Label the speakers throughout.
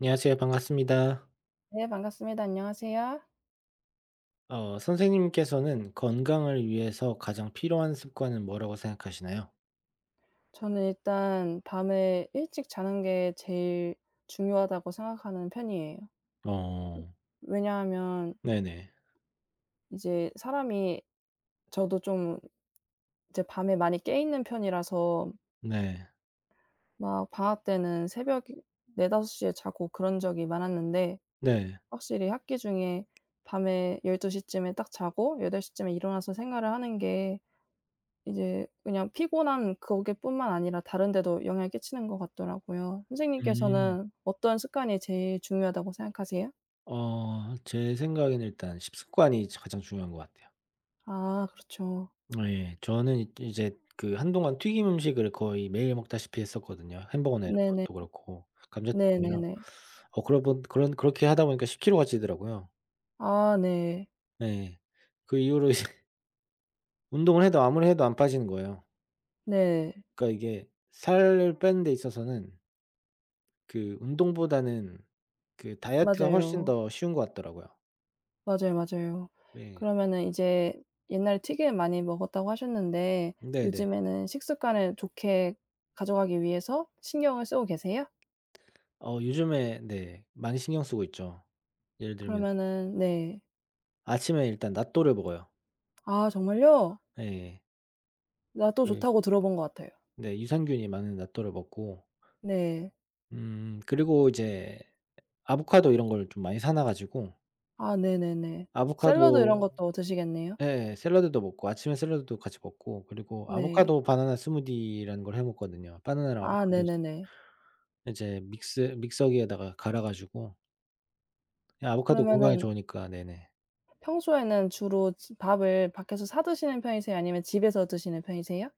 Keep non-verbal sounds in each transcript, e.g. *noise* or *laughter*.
Speaker 1: 안녕하세요. 반갑습니다.
Speaker 2: 네, 반갑습니다. 안녕하세요.
Speaker 1: 선생님께서는 건강을 위해서 가장 필요한 습관은 뭐라고 생각하시나요?
Speaker 2: 저는 일단 밤에 일찍 자는 게 제일 중요하다고 생각하는 편이에요.
Speaker 1: 어,
Speaker 2: 왜냐하면
Speaker 1: 네네.
Speaker 2: 이제 사람이 저도 좀 이제 밤에 많이 깨 있는 편이라서
Speaker 1: 네.
Speaker 2: 막 방학 때는 새벽 4-5 에 자고 그런 적이 많았는데,
Speaker 1: 네.
Speaker 2: 확실히 학기 중에 밤에 12 쯤에 딱 자고 8 쯤에 일어나서 생활을 하는 게 이제 그냥 피곤한 거기뿐만 아니라 다른 데도 영향을 끼치는 것 같더라고요.
Speaker 1: 음.
Speaker 2: 선생님께서는 어떤 습관이 제일 중요하다고 생각하세요?
Speaker 1: 제 생각에는 일단 식습관이 가장 중요한 것 같아요.
Speaker 2: 아 그렇죠.
Speaker 1: 예. 저는 이제 그 한동안 튀김 음식을 거의 매일 먹다시피 했었거든요. 햄버거나 이런
Speaker 2: 네네.
Speaker 1: 것도 그렇고, 감자튀김이랑.
Speaker 2: 네네네.
Speaker 1: 그렇게 하다 보니까 10kg가 찌더라고요.
Speaker 2: 아 네.
Speaker 1: 네. 그 이후로 이제 *laughs* 운동을 해도 아무리 해도 안 빠지는 거예요.
Speaker 2: 네.
Speaker 1: 그러니까 이게 살 빼는 데 있어서는 그 운동보다는 그 다이어트가 훨씬
Speaker 2: 맞아요.
Speaker 1: 더 쉬운 것 같더라고요.
Speaker 2: 맞아요, 맞아요.
Speaker 1: 네.
Speaker 2: 그러면은 이제 옛날에 튀김 많이 먹었다고 하셨는데
Speaker 1: 네네.
Speaker 2: 요즘에는 식습관을 좋게 가져가기 위해서 신경을 쓰고 계세요?
Speaker 1: 요즘에 네 많이 신경 쓰고 있죠. 예를 들면
Speaker 2: 그러면은 네.
Speaker 1: 아침에 일단 낫또를 먹어요.
Speaker 2: 아 정말요?
Speaker 1: 예.
Speaker 2: 나 또
Speaker 1: 그
Speaker 2: 좋다고 들어본 것 같아요.
Speaker 1: 네 유산균이 많은 낫또를 먹고
Speaker 2: 네.
Speaker 1: 그리고 이제 아보카도 이런 걸 좀 많이 사놔 가지고
Speaker 2: 아 네네네. 샐러드 이런
Speaker 1: 아보카도
Speaker 2: 것도 드시겠네요?
Speaker 1: 예 샐러드도 먹고 아침에 샐러드도 같이 먹고 그리고
Speaker 2: 네.
Speaker 1: 아보카도 바나나 스무디라는 걸 해 먹거든요. 바나나랑
Speaker 2: 아
Speaker 1: 아보카도
Speaker 2: 네네네.
Speaker 1: 이제 믹스 믹서기에다가 갈아 가지고 예 아보카도 건강에
Speaker 2: 그러면은
Speaker 1: 좋으니까 네네.
Speaker 2: 평소에는 주로 지 밥을 밖에서 사 드시는 편이세요? 아니면 집에서 드시는 편이세요?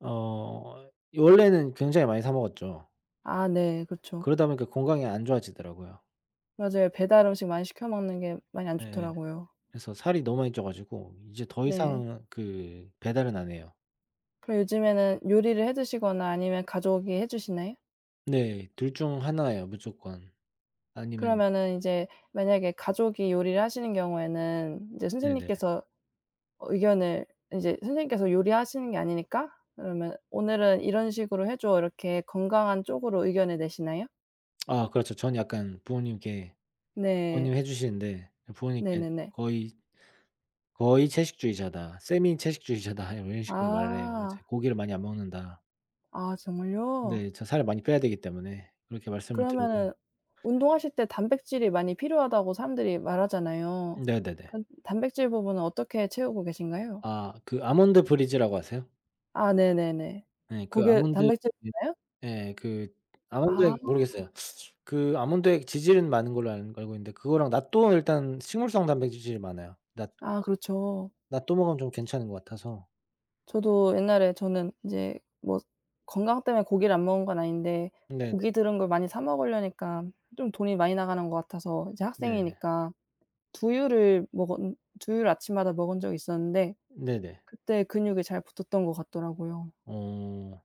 Speaker 1: 어 원래는 굉장히 많이 사 먹었죠.
Speaker 2: 아 네. 그쵸.
Speaker 1: 그러다 보니까 건강이 안 좋아지더라고요.
Speaker 2: 맞아요. 배달 음식 많이 시켜 먹는 게 많이 안
Speaker 1: 예예.
Speaker 2: 좋더라고요.
Speaker 1: 그래서 살이 너무 많이 쪄 가지고 이제 더
Speaker 2: 네.
Speaker 1: 이상 그 배달은 안 해요.
Speaker 2: 그럼 요즘에는 요리를 해 드시거나 아니면 가족이 해 주시나요?
Speaker 1: 네. 둘 중 하나예요 무조건. 아니면
Speaker 2: 그러면은 이제 만약에 가족이 요리를 하시는 경우에는 이제
Speaker 1: 네네.
Speaker 2: 선생님께서 어 의견을 인제 선생님께서 요리하시는 게 아니니까 그러면 "오늘은 이런 식으로 해 줘." 이렇게 건강한 쪽으로 의견을 내시나요?
Speaker 1: 아 그렇죠. 전 약간 부모님께
Speaker 2: 네.
Speaker 1: 부모님이 해 주시는데 부모님께
Speaker 2: 네네네.
Speaker 1: 거의 "거의 채식주의자다. 세미 채식주의자다." *laughs* 이런 식으로 말을 해요. 이제
Speaker 2: 아.
Speaker 1: "고기를 많이 안 먹는다."
Speaker 2: 아 정말요?
Speaker 1: 네. 저 살을 많이 빼야 되기 때문에 그렇게 말씀을 드리고요.
Speaker 2: 그러면은 운동하실 때 단백질이 많이 필요하다고 사람들이 말하잖아요.
Speaker 1: 네네네.
Speaker 2: 그럼 단백질 부분은 어떻게 채우고 계신가요?
Speaker 1: 아 그 아몬드 브리즈라고 아세요?
Speaker 2: 아 네네네.
Speaker 1: 예. 그
Speaker 2: 고게
Speaker 1: 아몬드 예.
Speaker 2: 단백질인가요?
Speaker 1: 예. 그
Speaker 2: 아.
Speaker 1: 아몬드액 모르겠어요. 그 아몬드액 지질은 많은 걸로 알 알고 있는데 그거랑 낫또 일단 식물성 단백질이 많아요. 낫또.
Speaker 2: 아 그렇죠.
Speaker 1: 낫또 먹으면 좀 괜찮은 것 같아서.
Speaker 2: 저도 옛날에 저는 이제 뭐 건강 때문에 고기를 안 먹은 건 아닌데
Speaker 1: 네네.
Speaker 2: 고기 들은 걸 많이 사 먹으려니까 좀 돈이 많이 나가는 것 같아서 이제
Speaker 1: 네.
Speaker 2: 학생이니까 두유를 먹은 두유를 아침마다 먹은 적이 있었는데
Speaker 1: 네네.
Speaker 2: 그때 근육이 잘 붙었던 것 같더라고요.
Speaker 1: 어.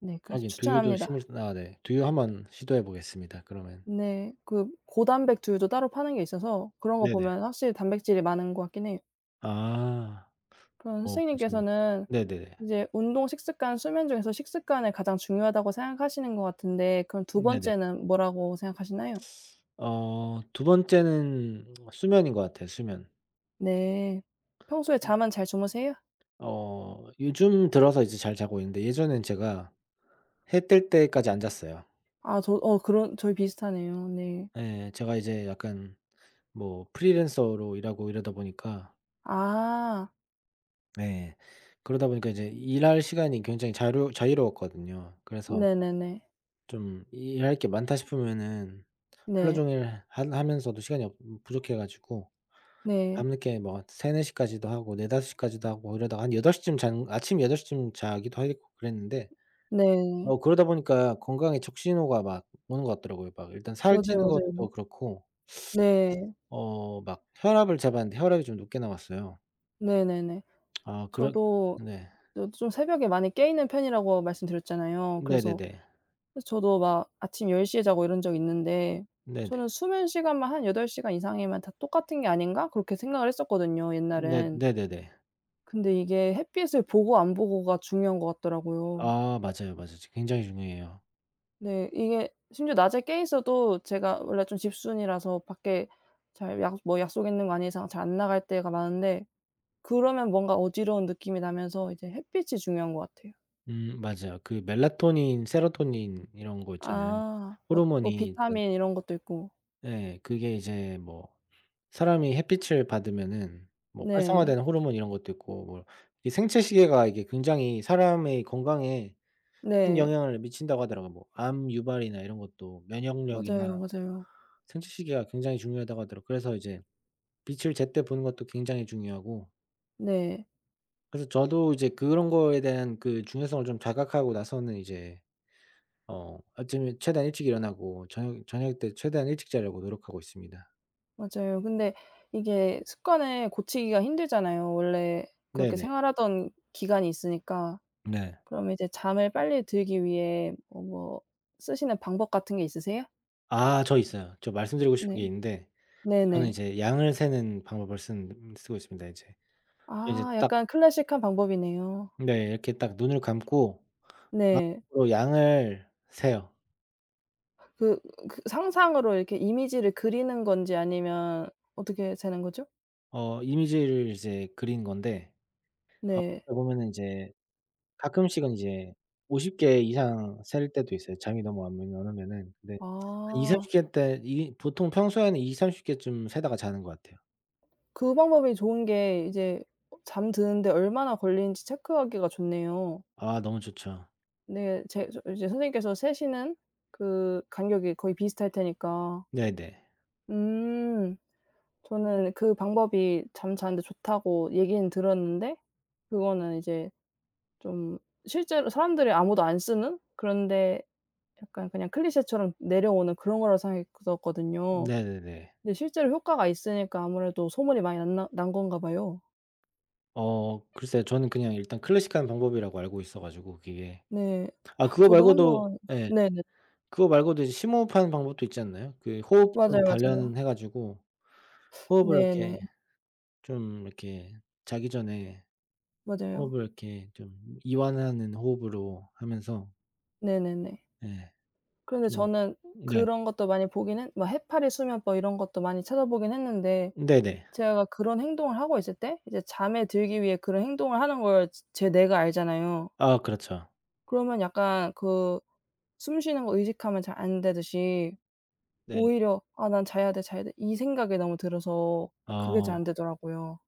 Speaker 2: 네 그래서
Speaker 1: 하긴 두유도
Speaker 2: 추천합니다.
Speaker 1: 식물 아 네. 두유 한번 시도해 보겠습니다 그러면.
Speaker 2: 네 그 고단백 두유도 따로 파는 게 있어서 그런 거
Speaker 1: 네네.
Speaker 2: 보면 확실히 단백질이 많은 것 같긴 해요.
Speaker 1: 아.
Speaker 2: 그럼
Speaker 1: 괜찮네요.
Speaker 2: 선생님께서는
Speaker 1: 네네네.
Speaker 2: 이제 운동, 식습관, 수면 중에서 식습관을 가장 중요하다고 생각하시는 것 같은데 그럼 두
Speaker 1: 네네.
Speaker 2: 번째는 뭐라고 생각하시나요?
Speaker 1: 두 번째는 수면인 것 같아요, 수면.
Speaker 2: 네. 평소에
Speaker 1: 음.
Speaker 2: 잠은 잘 주무세요?
Speaker 1: 요즘 들어서 이제 잘 자고 있는데 예전엔 제가 해뜰 때까지 안 잤어요.
Speaker 2: 아 저 어 그런 저희 비슷하네요. 네.
Speaker 1: 예. 제가 이제 약간 뭐 프리랜서로 일하고 이러다 보니까
Speaker 2: 아.
Speaker 1: 네. 그러다 보니까 이제 일할 시간이 굉장히 자유로웠거든요. 그래서
Speaker 2: 네네네.
Speaker 1: 좀 일할 게 많다 싶으면은 하루
Speaker 2: 네.
Speaker 1: 종일 하 하면서도 시간이 없 부족해 가지고
Speaker 2: 네.
Speaker 1: 밤늦게 뭐 3-4 시까지도 하고 4-5 시까지도 하고 이러다가 한 8 시쯤 잔 아침 8 시쯤 자기도 하겠고 그랬는데
Speaker 2: 네.
Speaker 1: 그러다 보니까 건강에 적신호가 막 오는 것 같더라고요. 막 일단 살
Speaker 2: 맞아요,
Speaker 1: 찌는
Speaker 2: 맞아요.
Speaker 1: 것도 그렇고
Speaker 2: 네.
Speaker 1: 막 혈압을 재봤는데 혈압이 좀 높게 나왔어요.
Speaker 2: 네네네.
Speaker 1: 아 그런
Speaker 2: 저도
Speaker 1: 네.
Speaker 2: 저도 좀 새벽에 많이 깨 있는 편이라고 말씀드렸잖아요. 그래서
Speaker 1: 네네네.
Speaker 2: 저도 막 아침 10시에 자고 이런 적 있는데
Speaker 1: 네네.
Speaker 2: 저는 '수면 시간만 한 8 시간 이상이면 다 똑같은 게 아닌가?' 그렇게 생각을 했었거든요
Speaker 1: 네
Speaker 2: 옛날엔.
Speaker 1: 네네네.
Speaker 2: 근데 이게 햇빛을 보고 안 보고가 중요한 것 같더라고요.
Speaker 1: 아 맞아요, 맞아요. 지 굉장히 중요해요.
Speaker 2: 네 이게 심지어 낮에 깨 있어도 제가 원래 좀 집순이라서 밖에 잘 약 뭐 약속 있는 거 아닌 이상 잘 안 나갈 때가 많은데 그러면 뭔가 어지러운 느낌이 나면서 이제 햇빛이 중요한 것 같아요.
Speaker 1: 맞아요. 그 멜라토닌, 세로토닌 이런 거 있잖아요.
Speaker 2: 아 뭐
Speaker 1: 호르몬이
Speaker 2: 뭐
Speaker 1: 일단
Speaker 2: 비타민 이런 것도 있고.
Speaker 1: 예 그게 이제 뭐 사람이 햇빛을 받으면은 뭐
Speaker 2: 네.
Speaker 1: 활성화되는 호르몬 이런 것도 있고 뭐 이 생체 시계가 이게 굉장히 사람의 건강에 큰
Speaker 2: 네.
Speaker 1: 영향을 미친다고 하더라고요. 뭐 암 유발이나 이런 것도
Speaker 2: 맞아요,
Speaker 1: 면역력이나
Speaker 2: 맞아요.
Speaker 1: 생체 시계가 굉장히 중요하다고 하더라고요. 그래서 이제 빛을 제때 보는 것도 굉장히 중요하고
Speaker 2: 네.
Speaker 1: 그래서 저도 이제 그런 거에 대한 그 중요성을 좀 자각하고 나서는 이제 아침에 최대한 일찍 일어나고 저녁 때 최대한 일찍 자려고 노력하고 있습니다.
Speaker 2: 맞아요. 근데 이게 습관을 고치기가 힘들잖아요. 원래 그렇게
Speaker 1: 네네.
Speaker 2: 생활하던 기간이 있으니까.
Speaker 1: 네.
Speaker 2: 그럼 이제 잠을 빨리 들기 위해 어 뭐 쓰시는 방법 같은 게 있으세요?
Speaker 1: 아 저 있어요. 저 말씀드리고 싶은
Speaker 2: 네.
Speaker 1: 게 있는데 저는
Speaker 2: 네네.
Speaker 1: 이제 양을 세는 방법을 쓴 쓰고 있습니다 이제. 저 이제
Speaker 2: 아
Speaker 1: 딱
Speaker 2: 약간 클래식한 방법이네요.
Speaker 1: 네 이렇게 딱 눈을 감고
Speaker 2: 네.
Speaker 1: 마음으로 양을 세요.
Speaker 2: 그 그 상상으로 이렇게 이미지를 그리는 건지 아니면 어떻게 되는 거죠?
Speaker 1: 이미지를 이제 그린 건데 어
Speaker 2: 네.
Speaker 1: 그러다 보면은 이제 가끔씩은 이제 50개 이상 셀 때도 있어요 잠이 너무 안 오면은. 근데 2 0
Speaker 2: 아.
Speaker 1: 3개때 이 보통 평소에는 20-30 개쯤 세다가 자는 것 같아요.
Speaker 2: 그 방법이 좋은 게 이제 잠드는데 얼마나 걸리는지 체크하기가 좋네요.
Speaker 1: 아 너무 좋죠.
Speaker 2: 네. 제 저 이제 선생님께서 세시는 그 간격이 거의 비슷할 테니까.
Speaker 1: 네네.
Speaker 2: 음. 저는 그 방법이 잠자는데 좋다고 얘기는 들었는데 그거는 이제 좀 실제로 사람들이 아무도 안 쓰는 그런데 약간 그냥 클리셰처럼 내려오는 그런 거라고 생각했었거든요.
Speaker 1: 네네네.
Speaker 2: 근데 실제로 효과가 있으니까 아무래도 소문이 많이 났나 난 건가 봐요.
Speaker 1: 글쎄요. 저는 그냥 일단 클래식한 방법이라고 알고 있어 가지고 그게.
Speaker 2: 네.
Speaker 1: 아 그거
Speaker 2: 저도
Speaker 1: 말고도
Speaker 2: 한번
Speaker 1: 예.
Speaker 2: 네네.
Speaker 1: 그거 말고도 이제 심호흡하는 방법도 있지 않나요? 그 호흡 좀
Speaker 2: 맞아요, 맞아요.
Speaker 1: 단련해 가지고 호흡을
Speaker 2: 네네.
Speaker 1: 이렇게 좀 이렇게 자기 전에
Speaker 2: 맞아요.
Speaker 1: 호흡을 이렇게 좀 이완하는 호흡으로 하면서
Speaker 2: 네네네.
Speaker 1: 예
Speaker 2: 그런데
Speaker 1: 좀
Speaker 2: 저는
Speaker 1: 네.
Speaker 2: 그런 것도 많이 보긴 했 막 해파리 수면법 이런 것도 많이 찾아보긴 했는데
Speaker 1: 네네.
Speaker 2: 제가 그런 행동을 하고 있을 때 이제 잠에 들기 위해 그런 행동을 하는 걸 제 뇌가 알잖아요.
Speaker 1: 아 그렇죠.
Speaker 2: 그러면 약간 그 숨 쉬는 거 의식하면 잘 안 되듯이
Speaker 1: 네.
Speaker 2: 오히려 '아 난 자야 돼, 자야 돼.' 이 생각이 너무 들어서 그게 잘
Speaker 1: 어
Speaker 2: 안 되더라고요.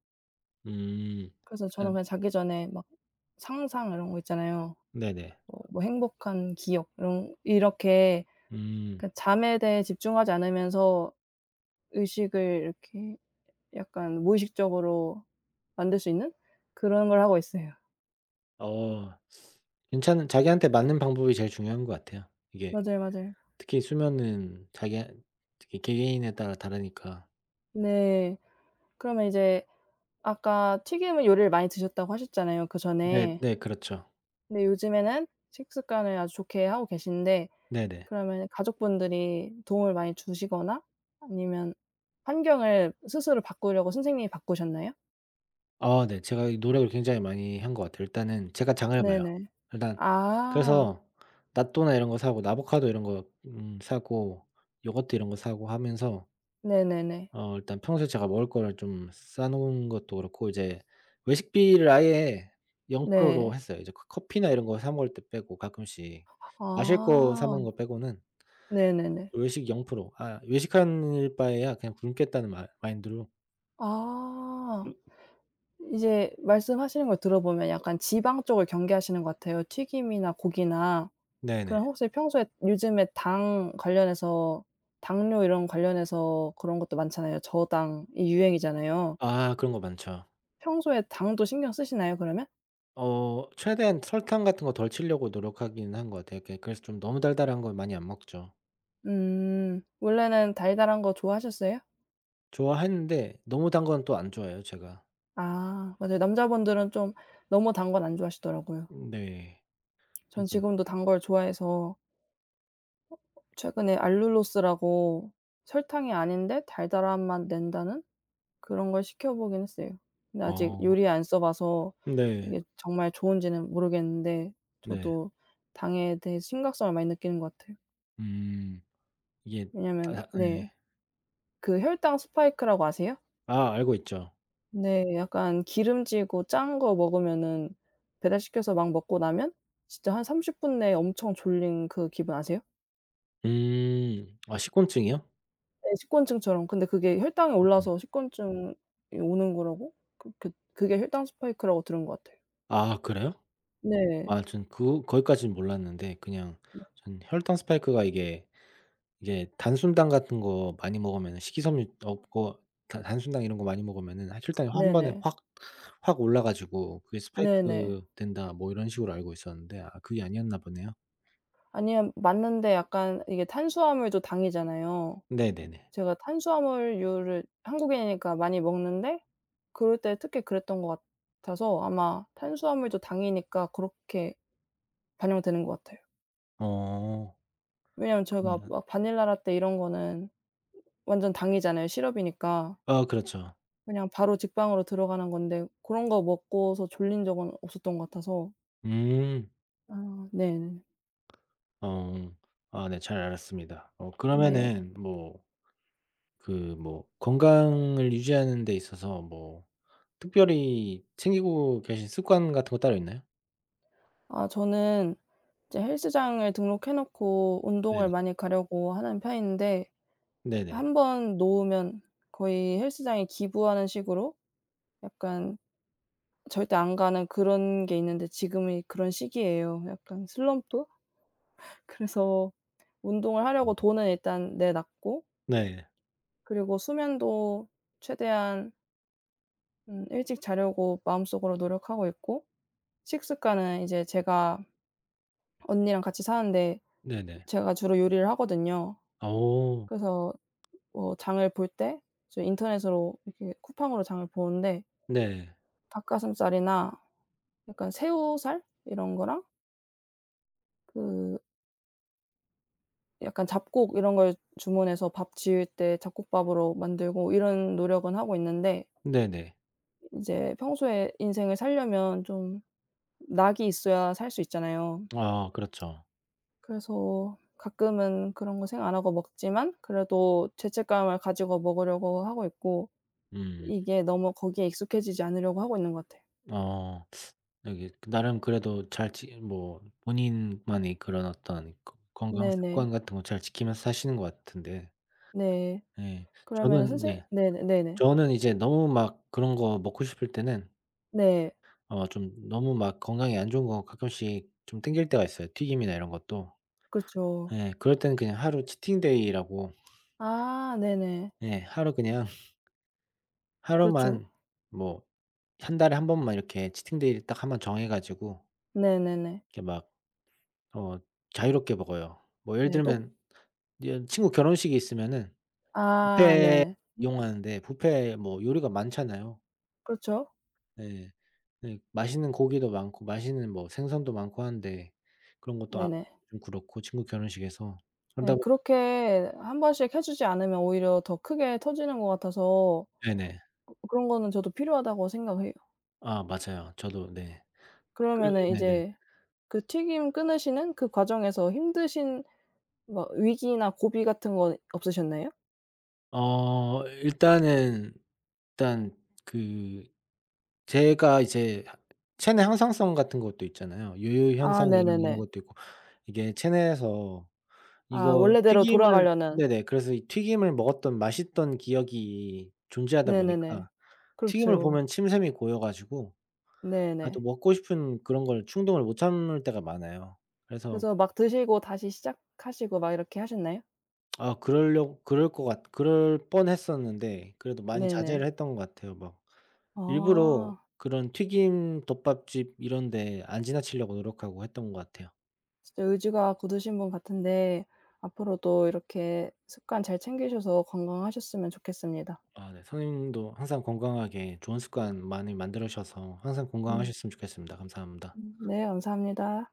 Speaker 1: 음.
Speaker 2: 그래서 저는
Speaker 1: 약간
Speaker 2: 그냥 자기 전에 막 상상 이런 거 있잖아요.
Speaker 1: 네네.
Speaker 2: 뭐 행복한 기억 이런 이렇게
Speaker 1: 음.
Speaker 2: 그 잠에 대해 집중하지 않으면서 의식을 이렇게 약간 무의식적으로 만들 수 있는 그런 걸 하고 있어요.
Speaker 1: 어 괜찮은 자기한테 맞는 방법이 제일 중요한 것 같아요. 이게
Speaker 2: 맞아요, 맞아요.
Speaker 1: 특히 수면은 자기 특히 개개인에 따라 다르니까.
Speaker 2: 네. 그러면 이제 아까 튀김을 요리를 많이 드셨다고 하셨잖아요,
Speaker 1: 네.
Speaker 2: 그전에.
Speaker 1: 네 그렇죠.
Speaker 2: 근데 요즘에는 식습관을 아주 좋게 하고 계신데
Speaker 1: 네네.
Speaker 2: 그러면 가족분들이 도움을 많이 주시거나 아니면 환경을 스스로 바꾸려고 선생님이 바꾸셨나요?
Speaker 1: 아 네. 제가 이 노력을 굉장히 많이 한 것 같아요. 일단은 제가 장을 봐요.
Speaker 2: 네네.
Speaker 1: 일단
Speaker 2: 아.
Speaker 1: 그래서 낫또나 이런 거 사고 아보카도 이런 거 사고 요거트 이런 거 사고 하면서
Speaker 2: 네네네.
Speaker 1: 일단 평소에 제가 먹을 거를 좀 싸 놓은 것도 그렇고 이제 외식비를 아예 0%로
Speaker 2: 네.
Speaker 1: 했어요. 이제 그 커피나 이런 거 사 먹을 때 빼고 가끔씩 마실 거 사
Speaker 2: 아.
Speaker 1: 먹는 거 빼고는
Speaker 2: 네네네.
Speaker 1: 외식 0%아 외식할 바에야 그냥 굶겠다는 마 마인드로
Speaker 2: 아.
Speaker 1: 음.
Speaker 2: 이제 말씀하시는 걸 들어보면 약간 지방 쪽을 경계하시는 것 같아요. 튀김이나 고기나.
Speaker 1: 네네.
Speaker 2: 그럼 혹시 평소에 요즘에 당 관련해서 당뇨 이런 관련해서 그런 것도 많잖아요. 저당이 유행이잖아요.
Speaker 1: 아 그런 거 많죠.
Speaker 2: 평소에 당도 신경 쓰시나요 그러면?
Speaker 1: 최대한 설탕 같은 거 덜 치려고 노력하긴 한 것 같아요. 그게 그래서 좀 너무 달달한 건 많이 안 먹죠.
Speaker 2: 음. 원래는 달달한 거 좋아하셨어요?
Speaker 1: 좋아하는데 너무 단 건 또 안 좋아해요 제가.
Speaker 2: 아 맞아요. 남자분들은 좀 너무 단건 안 좋아하시더라고요.
Speaker 1: 네.
Speaker 2: 전 지금도 단 걸 좋아해서 최근에 알룰로스라고 설탕이 아닌데 달달한 맛 낸다는 그런 걸 시켜 보긴 했어요. 근데 아직
Speaker 1: 어.
Speaker 2: 요리 안 써 봐서
Speaker 1: 네.
Speaker 2: 이게 정말 좋은지는 모르겠는데
Speaker 1: 네.
Speaker 2: 저도 당에 대해 심각성을 많이 느끼는 것 같아요.
Speaker 1: 음. 이게 아
Speaker 2: 왜냐면
Speaker 1: 네.
Speaker 2: 네. 그 혈당 스파이크라고 아세요?
Speaker 1: 아 알고 있죠.
Speaker 2: 네. 약간 기름지고 짠 거 먹으면은 배달시켜서 막 먹고 나면 진짜 한 30분 내에 엄청 졸린 그 기분 아세요?
Speaker 1: 음. 아 식곤증이요?
Speaker 2: 예. 식곤증처럼. 근데 그게 혈당이
Speaker 1: 네.
Speaker 2: 올라서 식곤증이 오는 거라고 그게 혈당 스파이크라고 들은 것 같아요.
Speaker 1: 아 그래요? 아
Speaker 2: 네.
Speaker 1: 전 그 거기까지는 몰랐는데 그냥
Speaker 2: 네.
Speaker 1: 전 혈당 스파이크가 이게 단순당 같은 거 많이 먹으면 식이섬유 없고 단 단순당 이런 거 많이 먹으면은 혈당이 한 번에
Speaker 2: 네네.
Speaker 1: 확 올라 가지고 그게
Speaker 2: 네네.
Speaker 1: 스파이크 된다 뭐 이런 식으로 알고 있었는데 아 그게 아니었나 보네요.
Speaker 2: 아니요. 맞는데 약간 이게 탄수화물도 당이잖아요.
Speaker 1: 네네네.
Speaker 2: 제가 탄수화물류를 한국인이니까 많이 먹는데 그럴 때 특히 그랬던 것 같아서 아마 탄수화물도 당이니까 그렇게 반영되는 것 같아요.
Speaker 1: 어.
Speaker 2: 왜냐면 제가
Speaker 1: 그러면
Speaker 2: 막 바닐라 라떼 이런 거는 완전 당이잖아요, 시럽이니까.
Speaker 1: 아 그렇죠.
Speaker 2: 그냥 바로 직방으로 들어가는 건데 그런 거 먹고서 졸린 적은 없었던 것 같아서.
Speaker 1: 음.
Speaker 2: 아 네네.
Speaker 1: 어. 아네 잘 알았습니다.
Speaker 2: 네.
Speaker 1: 그러면은 뭐 그 뭐 건강을 유지하는 데 있어서 뭐 특별히 챙기고 계신 습관 같은 거 따로 있나요?
Speaker 2: 아 저는 이제 헬스장을 등록해 놓고 운동을
Speaker 1: 네네.
Speaker 2: 많이 가려고 하는 편인데
Speaker 1: 네네.
Speaker 2: 한 번 놓으면 거의 헬스장에 기부하는 식으로 약간 절대 안 가는 그런 게 있는데 지금이 그런 시기예요. 약간 슬럼프? 그래서 운동을
Speaker 1: 음.
Speaker 2: 하려고 돈은 일단 내 놨고
Speaker 1: 네.
Speaker 2: 그리고 수면도 최대한 일찍 자려고 마음속으로 노력하고 있고 식습관은 이제 제가 언니랑 같이 사는데
Speaker 1: 네네.
Speaker 2: 제가 주로 요리를 하거든요.
Speaker 1: 어
Speaker 2: 그래서 뭐 장을 볼 때 이제 인터넷으로 이렇게 쿠팡으로 장을 보는데
Speaker 1: 네.
Speaker 2: 닭가슴살이나 약간 새우살 이런 거랑 그 약간 잡곡 이런 걸 주문해서 밥 지을 때 잡곡밥으로 만들고 이런 노력은 하고 있는데
Speaker 1: 네네.
Speaker 2: 이제 평소에 인생을 살려면 좀 낙이 있어야 살 수 있잖아요.
Speaker 1: 아 그렇죠.
Speaker 2: 그래서 가끔은 그런 거 생각 안 하고 먹지만 그래도 죄책감을 가지고 먹으려고 하고 있고
Speaker 1: 음.
Speaker 2: 이게 너무 거기에 익숙해지지 않으려고 하고 있는 것 같아요.
Speaker 1: 어 여기 나름 그래도 잘 지 뭐 본인만의 그런 어떤 거 건강
Speaker 2: 네네.
Speaker 1: 습관 같은 거 잘 지키면서 사시는 것 같은데
Speaker 2: 네.
Speaker 1: 예.
Speaker 2: 그러면은
Speaker 1: 저는
Speaker 2: 선생님
Speaker 1: 네.
Speaker 2: 네네 네네.
Speaker 1: 저는 이제 너무 막 그런 거 먹고 싶을 때는
Speaker 2: 네.
Speaker 1: 좀 너무 막 건강에 안 좋은 거 가끔씩 좀 땡길 때가 있어요, 튀김이나 이런 것도.
Speaker 2: 그렇죠.
Speaker 1: 예. 그럴 때는 그냥 하루 치팅 데이라고
Speaker 2: 아 네네.
Speaker 1: 예 하루 그냥
Speaker 2: 그렇죠.
Speaker 1: 하루만 뭐 한 달에 한 번만 이렇게 치팅 데이를 딱 한번 정해 가지고
Speaker 2: 네네네.
Speaker 1: 이렇게 막 어 자유롭게 먹어요. 뭐 예를
Speaker 2: 네 똑
Speaker 1: 들면 이제 친구 결혼식이 있으면은
Speaker 2: 아
Speaker 1: 뷔페
Speaker 2: 네.
Speaker 1: 이용하는데 뷔페 뭐 요리가 많잖아요.
Speaker 2: 그렇죠.
Speaker 1: 예. 네 맛있는 고기도 많고 맛있는 뭐 생선도 많고 하는데 그런 것도 안
Speaker 2: 네네.
Speaker 1: 좀 그렇고 친구 결혼식에서 그러다
Speaker 2: 네
Speaker 1: 보니
Speaker 2: 그렇게 한 번씩 해 주지 않으면 오히려 더 크게 터지는 것 같아서
Speaker 1: 네네.
Speaker 2: 그런 거는 저도 필요하다고 생각해요.
Speaker 1: 아 맞아요. 저도 네. 그러
Speaker 2: 그러면은
Speaker 1: 네네.
Speaker 2: 이제 그 튀김 끊으시는 그 과정에서 힘드신 뭐 위기나 고비 같은 건 없으셨나요?
Speaker 1: 일단은 일단 그 제가 이제 하 체내 항상성 같은 것도 있잖아요. 요요
Speaker 2: 아
Speaker 1: 현상 이런
Speaker 2: 네네네.
Speaker 1: 것도 있고 이게 체내에서
Speaker 2: 아
Speaker 1: 이거
Speaker 2: 원래대로
Speaker 1: 튀김을
Speaker 2: 돌아가려는
Speaker 1: 네네. 그래서 이 튀김을 먹었던 맛있던 기억이 존재하다
Speaker 2: 네네네.
Speaker 1: 보니까 튀김을
Speaker 2: 그렇죠.
Speaker 1: 보면 침샘이 고여 가지고 아 또
Speaker 2: 네네.
Speaker 1: 먹고 싶은 그런 걸 충동을 못 참을 때가 많아요. 그래서
Speaker 2: 그래서 막 드시고 다시 시작하시고 막 이렇게 하셨나요?
Speaker 1: 아 그러려 그럴 것 같 그럴 뻔했었는데 그래도 많이
Speaker 2: 네네.
Speaker 1: 자제를 했던 것 같아요. 막 일부러
Speaker 2: 아
Speaker 1: 그런 튀김 덮밥집 이런 데 안 지나치려고 노력하고 했던 것 같아요.
Speaker 2: 진짜 의지가 굳으신 분 같은데 앞으로도 이렇게 습관 잘 챙기셔서 건강하셨으면 좋겠습니다.
Speaker 1: 아 네. 선생님도 항상 건강하게 좋은 습관 많이 만들으셔서 항상
Speaker 2: 음.
Speaker 1: 건강하셨으면 좋겠습니다. 감사합니다.
Speaker 2: 네 감사합니다.